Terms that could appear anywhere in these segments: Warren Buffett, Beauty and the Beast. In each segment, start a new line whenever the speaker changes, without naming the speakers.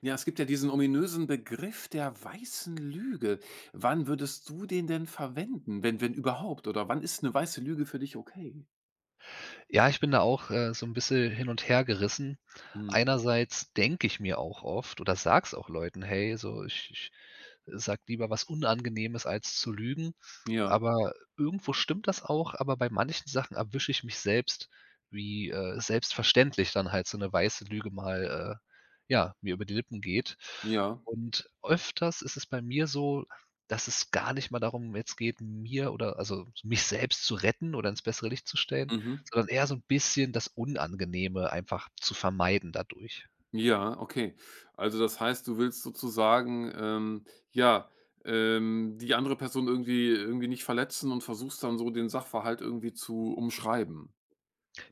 Ja, es gibt ja diesen ominösen Begriff der weißen Lüge. Wann würdest du den denn verwenden, wenn überhaupt? Oder wann ist eine weiße Lüge für dich okay?
Ja, ich bin da auch, so ein bisschen hin und her gerissen.
Mhm.
Einerseits denke ich mir auch oft oder sag's auch Leuten: „Hey, so ich sagt lieber was Unangenehmes, als zu lügen."
Ja,
Aber irgendwo stimmt das auch, aber bei manchen Sachen erwische ich mich selbst, wie, selbstverständlich dann halt so eine weiße Lüge mal, ja, mir über die Lippen geht.
ja,
Und öfters ist es bei mir so, dass es gar nicht mal darum jetzt geht, mir oder also, mich selbst zu retten oder ins bessere Licht zu stellen,
mhm.
sondern eher so ein bisschen das Unangenehme einfach zu vermeiden dadurch.
Ja, okay. Also, das heißt, du willst sozusagen, ja, die andere Person irgendwie nicht verletzen und versuchst dann so den Sachverhalt irgendwie zu umschreiben.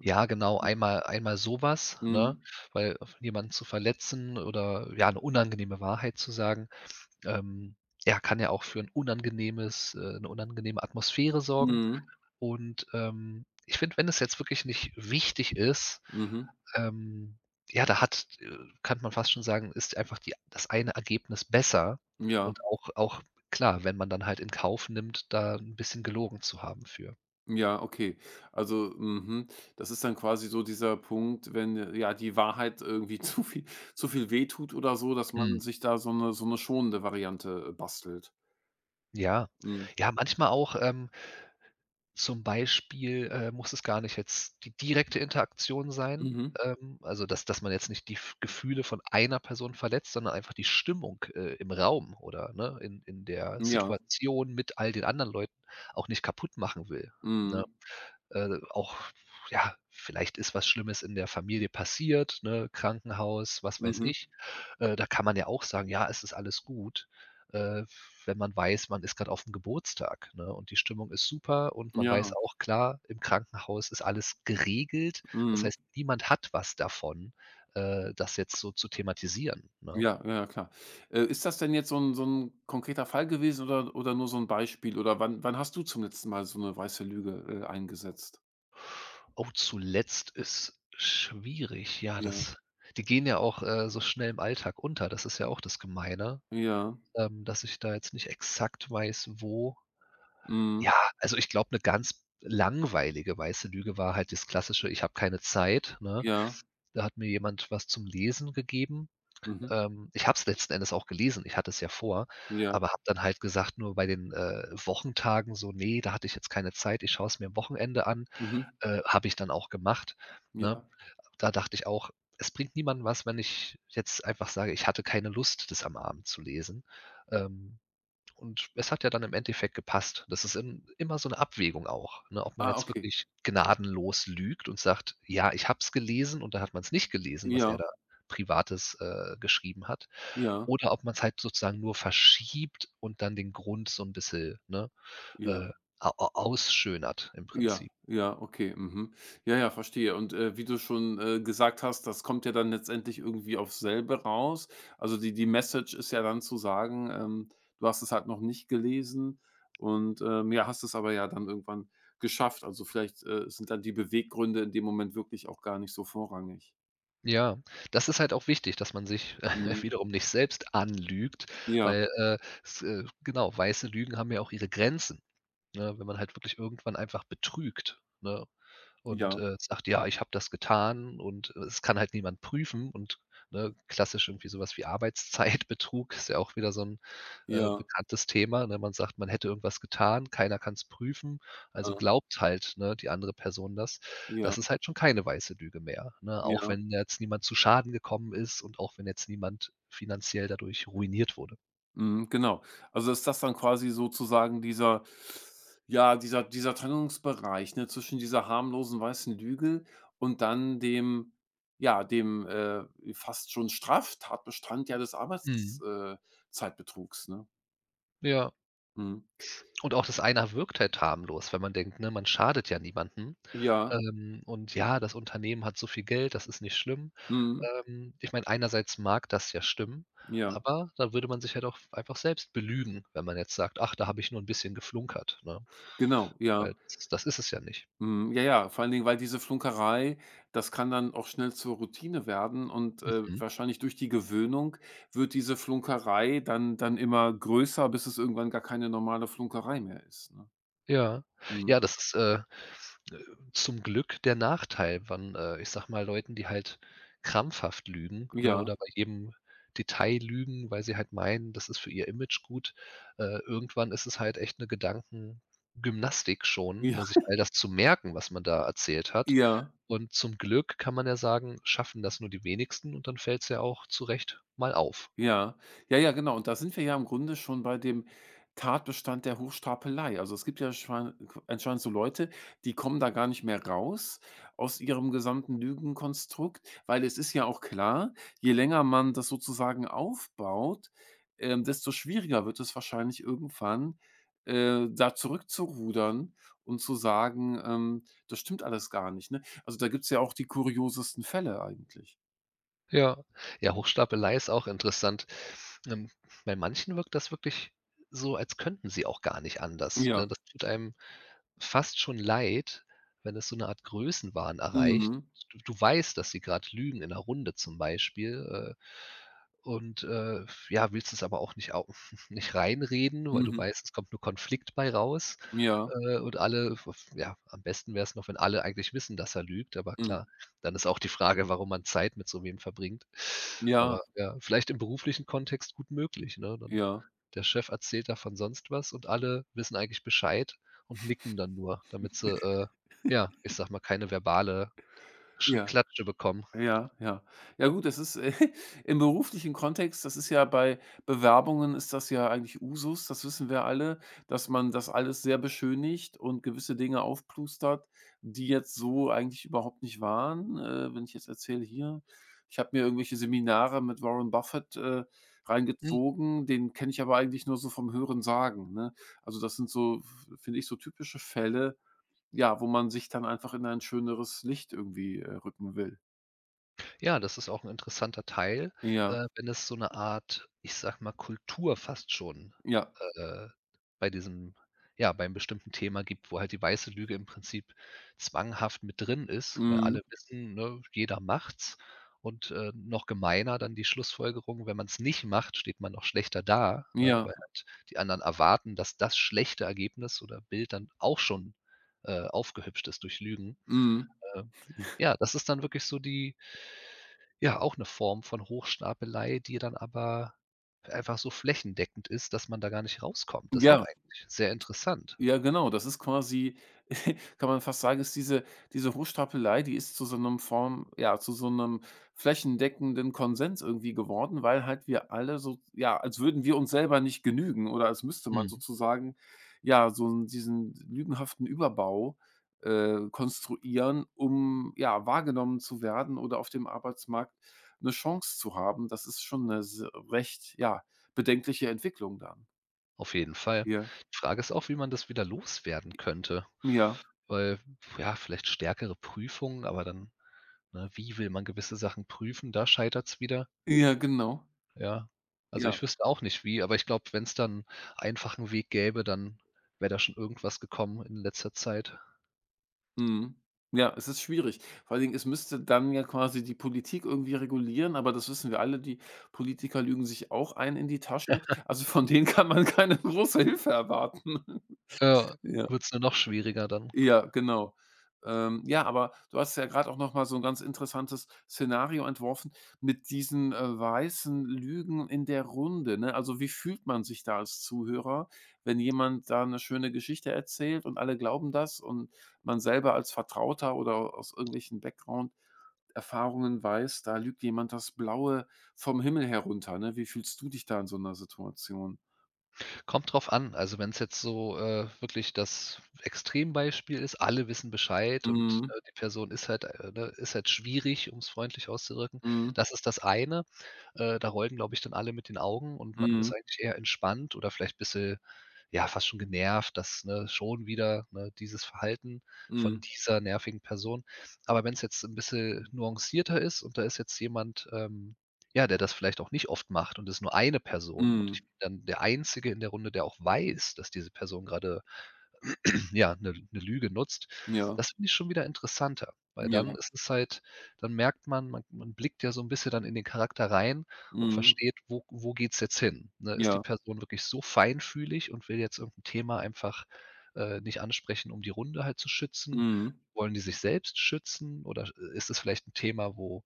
Ja, genau,
Mhm.
einmal sowas, ne?
Mhm,
Weil jemanden zu verletzen oder, ja, eine unangenehme Wahrheit zu sagen, ähm, ja, kann ja auch für ein unangenehmes 'ne unangenehme Atmosphäre sorgen.
mhm,
Und, ich finde, wenn es jetzt wirklich nicht wichtig ist,
mhm,
ähm, ja, da hat kann man fast schon sagen, ist einfach die das eine Ergebnis besser
ja.
und auch klar, wenn man dann halt in Kauf nimmt, da ein bisschen gelogen zu haben für.
Ja, okay. Also, mhm, das ist dann quasi so dieser Punkt, wenn, ja, die Wahrheit irgendwie zu viel wehtut oder so, dass man
Mhm.
sich da so eine schonende Variante, bastelt.
Ja.
Mhm.
Ja, manchmal auch, zum Beispiel, muss es gar nicht jetzt die direkte Interaktion sein,
Mhm.
also dass man jetzt nicht die F Gefühle von einer Person verletzt, sondern einfach die Stimmung, im Raum oder, ne, in der
Ja.
Situation mit all den anderen Leuten auch nicht kaputt machen will,
Mhm.
ne? Auch ja, vielleicht ist was Schlimmes in der Familie passiert, ne, Krankenhaus, was weiß
Mhm.
ich. Da kann man ja auch sagen: „Ja, es ist alles gut", äh, wenn man weiß, man ist gerade auf dem Geburtstag, ne, und die Stimmung ist super und man weiß
Ja.
auch klar, im Krankenhaus ist alles geregelt. Das
Mhm.
heißt, niemand hat was davon, das jetzt so zu thematisieren, ne?
Ja, ja, ja, klar. Ist das denn jetzt so ein konkreter Fall gewesen oder nur so ein Beispiel? Oder wann hast du zum letzten Mal so eine weiße Lüge, eingesetzt?
Oh, zuletzt ist schwierig. Ja,
Ja.
das die gehen ja auch, so schnell im Alltag unter. Das ist ja auch das Gemeine.
Ja.
Ähm, dass ich da jetzt nicht exakt weiß, wo.
Mhm.
Ja, also ich glaube, eine ganz langweilige weiße Lüge war halt das klassische: „Ich habe keine Zeit", ne?
Ja.
Da hat mir jemand was zum Lesen gegeben.
Mhm.
Ich habe es letzten Endes auch gelesen, ich hatte es ja vor,
Ja.
aber habe dann halt gesagt, nur bei den, Wochentagen so: „Nee, da hatte ich jetzt keine Zeit, ich schaue es mir am Wochenende an."
Mhm.
Habe ich dann auch gemacht, ne?
Ja.
Da dachte ich auch, es bringt niemandem was, wenn ich jetzt einfach sage, ich hatte keine Lust, das am Abend zu lesen. Ähm, und es hat ja dann im Endeffekt gepasst. Das ist im immer so eine Abwägung auch, ne, ob man
Ah,
jetzt
okay.
wirklich gnadenlos lügt und sagt: „Ja, ich habe es gelesen" und da hat man es nicht gelesen, was
Ja.
er da Privates, geschrieben hat.
Ja,
Oder ob man es halt sozusagen nur verschiebt und dann den Grund so ein bisschen, ne,
ja,
äh, a a ausschönert im
ja,
Prinzip.
ja, okay, mhm. Ja, ja, verstehe. Und, wie du schon, gesagt hast, das kommt ja dann letztendlich irgendwie aufs selbe raus. Also, die Message ist ja dann zu sagen, du hast es halt noch nicht gelesen und, ja, hast es aber ja dann irgendwann geschafft. Also, vielleicht, sind dann die Beweggründe in dem Moment wirklich auch gar nicht so vorrangig.
Ja, das ist halt auch wichtig, dass man sich
Mhm.
wiederum nicht selbst anlügt,
Ja,
weil, s genau, weiße Lügen haben ja auch ihre Grenzen. Ne, wenn man halt wirklich irgendwann einfach betrügt, ne, und,
ja,
sagt: „Ja, ich habe das getan" und, es kann halt niemand prüfen und, ne, klassisch irgendwie sowas wie Arbeitszeitbetrug ist ja auch wieder so ein
ja,
bekanntes Thema, ne? Man sagt, man hätte irgendwas getan, keiner kann es prüfen, also
ah,
glaubt halt, ne, die andere Person das.
ja,
Das ist halt schon keine weiße Lüge mehr, ne? Auch
ja.
wenn jetzt niemand zu Schaden gekommen ist und auch wenn jetzt niemand finanziell dadurch ruiniert wurde.
Mhm, genau. Also, ist das dann quasi sozusagen dieser ja, dieser Trennungsbereich, ne, zwischen dieser harmlosen weißen Lüge und dann dem, fast schon Straftatbestand, ja, des Arbeitszeitbetrugs
Mhm.
äh, Zeitbetrugs, ne?
Ja.
Mhm.
Und auch das eine wirkt halt harmlos, wenn man denkt, ne, man schadet ja niemandem.
Ja,
Und ja, das Unternehmen hat so viel Geld, das ist nicht schlimm.
mhm,
Ich meine, einerseits mag das ja stimmen,
ja,
aber da würde man sich halt auch einfach selbst belügen, wenn man jetzt sagt: „Ach, da habe ich nur ein bisschen geflunkert", ne?
genau, ja.
Weil das ist es ja nicht.
Mhm, ja, ja, vor allen Dingen, weil diese Flunkerei, das kann dann auch schnell zur Routine werden und,
Mhm.
wahrscheinlich durch die Gewöhnung wird diese Flunkerei dann immer größer, bis es irgendwann gar keine normale Flunkerei mehr ist, ne?
Ja.
Mhm.
Ja, das ist, äh, zum Glück der Nachteil, wann, ich sage mal, Leuten, die halt krampfhaft lügen, ne,
Ja,
oder bei jedem Detail lügen, weil sie halt meinen, das ist für ihr Image gut. Irgendwann ist es halt echt eine Gedankengymnastik schon,
ja,
ne, sich all das zu merken, was man da erzählt hat.
ja.
Und zum Glück kann man ja sagen, schaffen das nur die wenigsten und dann fällt es ja auch zu Recht mal auf.
Ja. Ja, ja, genau. Und da sind wir ja im Grunde schon bei dem Tatbestand der Hochstapelei. Also, es gibt ja schwan anscheinend so Leute, die kommen da gar nicht mehr raus aus ihrem gesamten Lügenkonstrukt, weil es ist ja auch klar, je länger man das sozusagen aufbaut, desto schwieriger wird es wahrscheinlich irgendwann, da zurückzurudern und zu sagen, „Das stimmt alles gar nicht", ne? Also, da gibt's ja auch die kuriosesten Fälle eigentlich.
Ja. Ja, Hochstapelei ist auch interessant. Ähm, bei manchen wirkt das wirklich so, als könnten sie auch gar nicht anders,
Ja.
ne? Das tut einem fast schon leid, wenn es so 'ne Art Größenwahn erreicht.
Mhm.
Du weißt, dass sie grad lügen in 'ner Runde zum Beispiel, und, äh, ja, willst es aber auch nicht au nicht reinreden, weil du
Mhm.
weißt, es kommt nur Konflikt bei raus.
Ja.
Und alle v Ja, am besten wäre es noch, wenn alle eigentlich wissen, dass er lügt, aber
Mhm.
klar, dann ist auch die Frage, warum man Zeit mit so wem verbringt.
Ja,
Aber ja, vielleicht im beruflichen Kontext gut möglich, ne? Dann
ja,
der Chef erzählt davon sonst was und alle wissen eigentlich Bescheid und nicken dann nur, damit sie, ja, ich sag mal, keine verbale Sch
ja,
Klatsche bekommen.
ja, ja. Ja gut, das ist im beruflichen Kontext, das ist ja bei Bewerbungen, ist das ja eigentlich Usus, das wissen wir alle, dass man das alles sehr beschönigt und gewisse Dinge aufplustert, die jetzt so eigentlich überhaupt nicht waren. Wenn ich jetzt erzähle hier, ich habe mir irgendwelche Seminare mit Warren Buffett, reingezogen, den kenne ich aber eigentlich nur so vom Hörensagen, ne? Also, das sind so, finde ich, so typische Fälle. Ja, wo man sich dann einfach in ein schöneres Licht irgendwie, rücken will.
Ja, das ist auch 'n interessanter Teil,
Ja,
wenn es so 'ne Art, ich sage mal, Kultur fast schon,
ja,
äh, bei diesem ja, beim bestimmten Thema gibt, wo halt die weiße Lüge im Prinzip zwanghaft mit drin ist, weil
mhm,
alle wissen, ne, jeder macht's und, noch gemeiner dann die Schlussfolgerung, wenn man's nicht macht, steht man noch schlechter da, ne,
ja,
weil halt die anderen erwarten, dass das schlechte Ergebnis oder Bild dann auch schon, aufgehübscht ist durch Lügen.
mhm.
Ähm, ja, das ist dann wirklich so die ja, auch 'ne Form von Hochstapelei, die dann aber einfach so flächendeckend ist, dass man da gar nicht rauskommt. Das ist auch
Ja,
eigentlich sehr interessant.
ja, genau. Das ist quasi, kann man fast sagen, ist diese Hochstapelei, die ist zu so einem Form ja, zu so einem flächendeckenden Konsens irgendwie geworden, weil halt wir alle so, ja, als würden wir uns selber nicht genügen oder als müsste man
Mhm.
sozusagen, ja, so 'n diesen lügenhaften Überbau, konstruieren, um, ja, wahrgenommen zu werden oder auf dem Arbeitsmarkt eine Chance zu haben. Das ist schon eine s recht, ja, bedenkliche Entwicklung dann.
Auf jeden Fall.
Ja,
Die Frage ist auch, wie man das wieder loswerden könnte,
ja,
weil, ja, vielleicht stärkere Prüfungen, aber dann, ne, wie will man gewisse Sachen prüfen? Da scheitert's wieder,
ja, genau,
ja. Also,
ja.
ich wüsste auch nicht wie, aber ich glaube, wenn's dann einfachen Weg gäbe, dann wäre da schon irgendwas gekommen in letzter Zeit.
Mhm. Ja, es ist schwierig. Vor allen Dingen, es müsste dann ja quasi die Politik irgendwie regulieren, aber das wissen wir alle, die Politiker lügen sich auch ein in die Tasche. Also, von denen kann man keine große Hilfe erwarten.
Ja,
Ja.
wird's nur noch schwieriger dann.
Ja, genau. Ja, aber du hast ja gerade auch noch mal so 'n ganz interessantes Szenario entworfen mit diesen, weißen Lügen in der Runde, ne? Also, wie fühlt man sich da als Zuhörer, wenn jemand da 'ne schöne Geschichte erzählt und alle glauben das und man selber als Vertrauter oder aus irgendwelchen Background-Erfahrungen weiß, da lügt jemand das Blaue vom Himmel herunter, ne? Wie fühlst du dich da in so 'ner Situation?
Kommt drauf an. Also, wenn es jetzt so, wirklich das Extrembeispiel ist, alle wissen Bescheid und,
Mhm.
die Person ist halt, ne, ist halt schwierig, um's freundlich auszudrücken.
Mhm.
Das ist das eine. Da rollen, glaube ich, dann alle mit den Augen und man
Mhm.
ist eigentlich eher entspannt oder vielleicht ein bisschen, ja, fast schon genervt, dass, ne, schon wieder, ne, dieses Verhalten von
Mhm.
dieser nervigen Person. Aber wenn es jetzt ein bisschen nuancierter ist und da ist jetzt jemand, ja, der das vielleicht auch nicht oft macht und es nur eine Person und ich
Mhm.
bin dann der Einzige in der Runde, der auch weiß, dass diese Person gerade ja, 'ne Lüge nutzt.
Ja.
Das finde ich schon wieder interessanter, weil dann
Ja.
ist es halt dann merkt man man blickt ja so 'n bisschen dann in den Charakter rein und
Mhm.
versteht, wo geht's jetzt hin, ne? Ist die
Ja.
Person wirklich so feinfühlig und will jetzt irgend 'n Thema einfach, nicht ansprechen, um die Runde halt zu schützen?
Mhm.
Wollen die sich selbst schützen oder ist es vielleicht 'n Thema, wo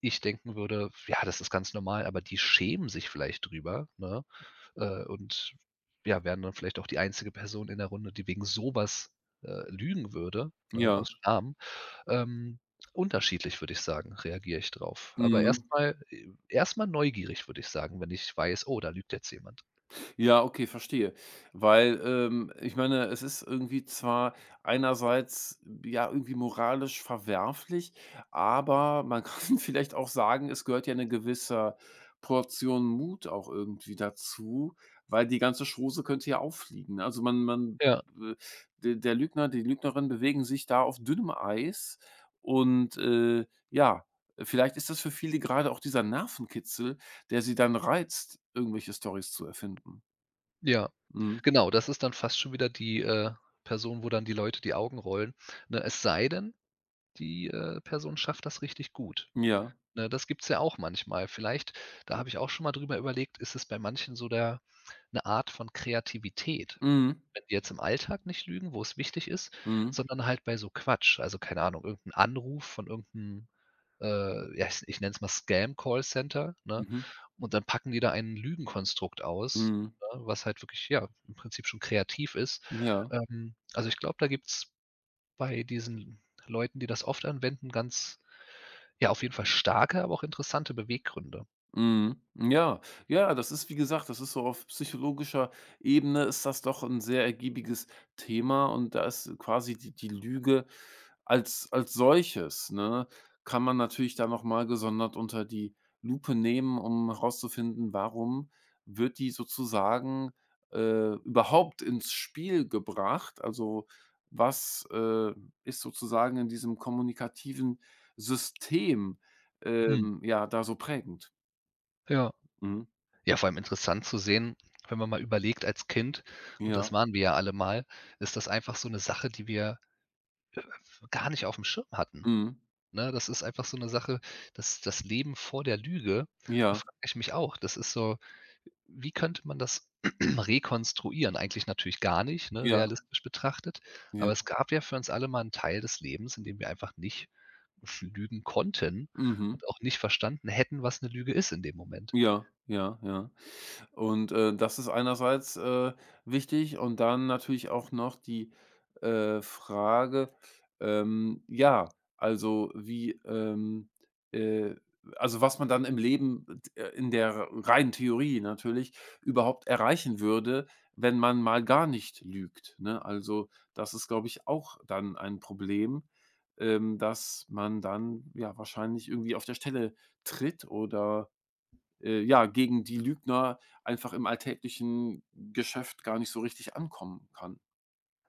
ich denken würde: „Ja, das ist ganz normal", aber die schämen sich vielleicht drüber, ne? Äh, und ja, wären dann vielleicht auch die einzige Person in der Runde, die wegen sowas lügen würde, ne,
Ja.
aus Scham. Ähm, Unterschiedlich würde ich sagen, reagiere ich drauf. Aber
Mhm.
erstmal neugierig, würde ich sagen, wenn ich weiß: „Oh, da lügt jetzt jemand."
Ja, okay, verstehe. Weil, ich meine, es ist irgendwie zwar einerseits, ja, irgendwie moralisch verwerflich, aber man kann vielleicht auch sagen, es gehört ja eine gewisse Portion Mut auch irgendwie dazu, weil die ganze Chose könnte ja auffliegen. Also, man
Ja,
äh, de der Lügner, die Lügnerin bewegen sich da auf dünnem Eis und, ja, vielleicht ist das für viele gerade auch dieser Nervenkitzel, der sie dann reizt, irgendwelche Stories zu erfinden.
ja.
Mhm.
Genau, das ist dann fast schon wieder die, Person, wo dann die Leute die Augen rollen, ne? Es sei denn, die, Person schafft das richtig gut.
Ja.
Ne, das gibt's ja auch manchmal. Vielleicht da habe ich auch schon mal drüber überlegt, ist es bei manchen so der eine Art von Kreativität,
Mhm.
wenn die jetzt im Alltag nicht lügen, wo es wichtig ist,
Mhm.
sondern halt bei so Quatsch. Also, keine Ahnung, irgend Anruf von irgendeinem, ja, ich nenne es mal scam Call Center, ne?
Mhm.
Und dann packen die da ein Lügenkonstrukt aus,
Mhm.
ne, was halt wirklich, ja, im Prinzip schon kreativ ist.
Ja.
Also, ich glaube, da gibt's bei diesen Leuten, die das oft anwenden, ganz ja, auf jeden Fall starke, aber auch interessante Beweggründe.
Mhm. Ja, ja, das ist, wie gesagt, das ist so auf psychologischer Ebene ist das doch ein sehr ergiebiges Thema, und da ist quasi die Lüge als solches, ne, kann man natürlich da noch mal gesondert unter die Lupe nehmen, um herauszufinden, warum wird die sozusagen, überhaupt ins Spiel gebracht? Also, was, ist sozusagen in diesem kommunikativen System,
Mhm.
ja, da so prägend?
Ja.
Mhm.
Ja, vor allem interessant zu sehen, wenn man mal überlegt als Kind, und
Ja.
das waren wir ja alle mal, ist das einfach so 'ne Sache, die wir gar nicht aufm Schirm hatten,
Mhm.
ne? Das ist einfach so 'ne Sache, das das Leben vor der Lüge, da
Ja.
frage ich mich auch. Das ist so, wie könnte man das rekonstruieren? Eigentlich natürlich gar nicht, ne,
Ja.
realistisch betrachtet. Aber es
Ja.
gab ja für uns alle mal einen Teil des Lebens, in dem wir einfach nicht lügen konnten
Mhm.
und auch nicht verstanden hätten, was eine Lüge ist in dem Moment.
Ja. Ja. Ja. Und, das ist einerseits, wichtig und dann natürlich auch noch die, Frage, ja, also äh also was man dann im Leben, in der reinen Theorie natürlich überhaupt erreichen würde, wenn man mal gar nicht lügt, ne? Also, das ist, glaube ich, auch dann ein Problem, dass man dann, ja, wahrscheinlich irgendwie auf der Stelle tritt oder ja, gegen die Lügner einfach im alltäglichen Geschäft gar nicht so richtig ankommen kann.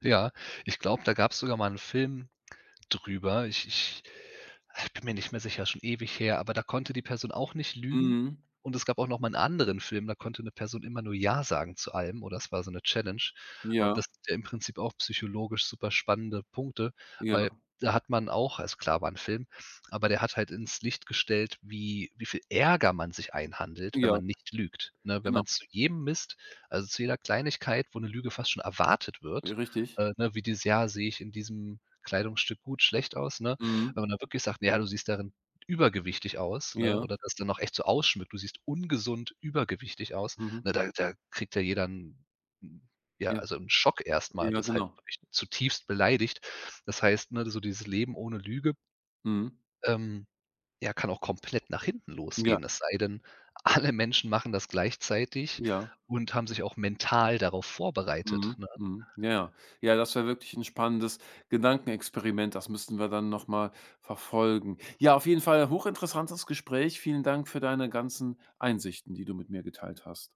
Ja, ich glaube, da gab es sogar mal einen Film drüber. Ich bin mir nicht mehr sicher, schon ewig her, aber da konnte die Person auch nicht lügen
Mhm.
und es gab auch noch mal einen anderen Film, da konnte eine Person immer nur „ja" sagen zu allem oder es war so eine Challenge und
Ja,
das sind ja im Prinzip auch psychologisch super spannende Punkte,
ja,
weil da hat man auch, also klar, war ein Film, aber der hat halt ins Licht gestellt, wie viel Ärger man sich einhandelt, wenn
ja,
man nicht lügt, ne? Wenn
genau,
man zu jedem Mist, also zu jeder Kleinigkeit, wo eine Lüge fast schon erwartet
ja,
wird,
richtig.
ne, wie dieses: Jahr sehe ich in diesem Kleidungsstück gut, schlecht aus, ne?
Mhm.
Wenn man da wirklich sagt: „Na ja, du siehst darin übergewichtig aus", ne?
Ja,
Oder das dann noch echt so ausschmückt: „Du siehst ungesund übergewichtig aus",
mhm.
ne? Da kriegt ja jeder 'n ja,
Ja,
also 'n Schock erst mal und
ja,
ist halt
genau.
wirklich zutiefst beleidigt. Das heißt, ne, so dieses Leben ohne Lüge,
Mhm.
ähm, ja, kann auch komplett nach hinten
Ja,
losgehen. Es sei denn, alle Menschen machen das gleichzeitig
ja.
und haben sich auch mental darauf vorbereitet,
Mhm,
ne?
mhm. Ja, ja. Ja, das wäre wirklich ein spannendes Gedankenexperiment. Das müssten wir dann noch mal verfolgen. Ja, auf jeden Fall hochinteressantes Gespräch. Vielen Dank für deine ganzen Einsichten, die du mit mir geteilt hast.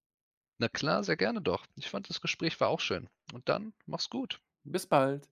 Na klar, sehr gerne doch. Ich fand, das Gespräch war auch schön und dann mach's gut.
Bis bald.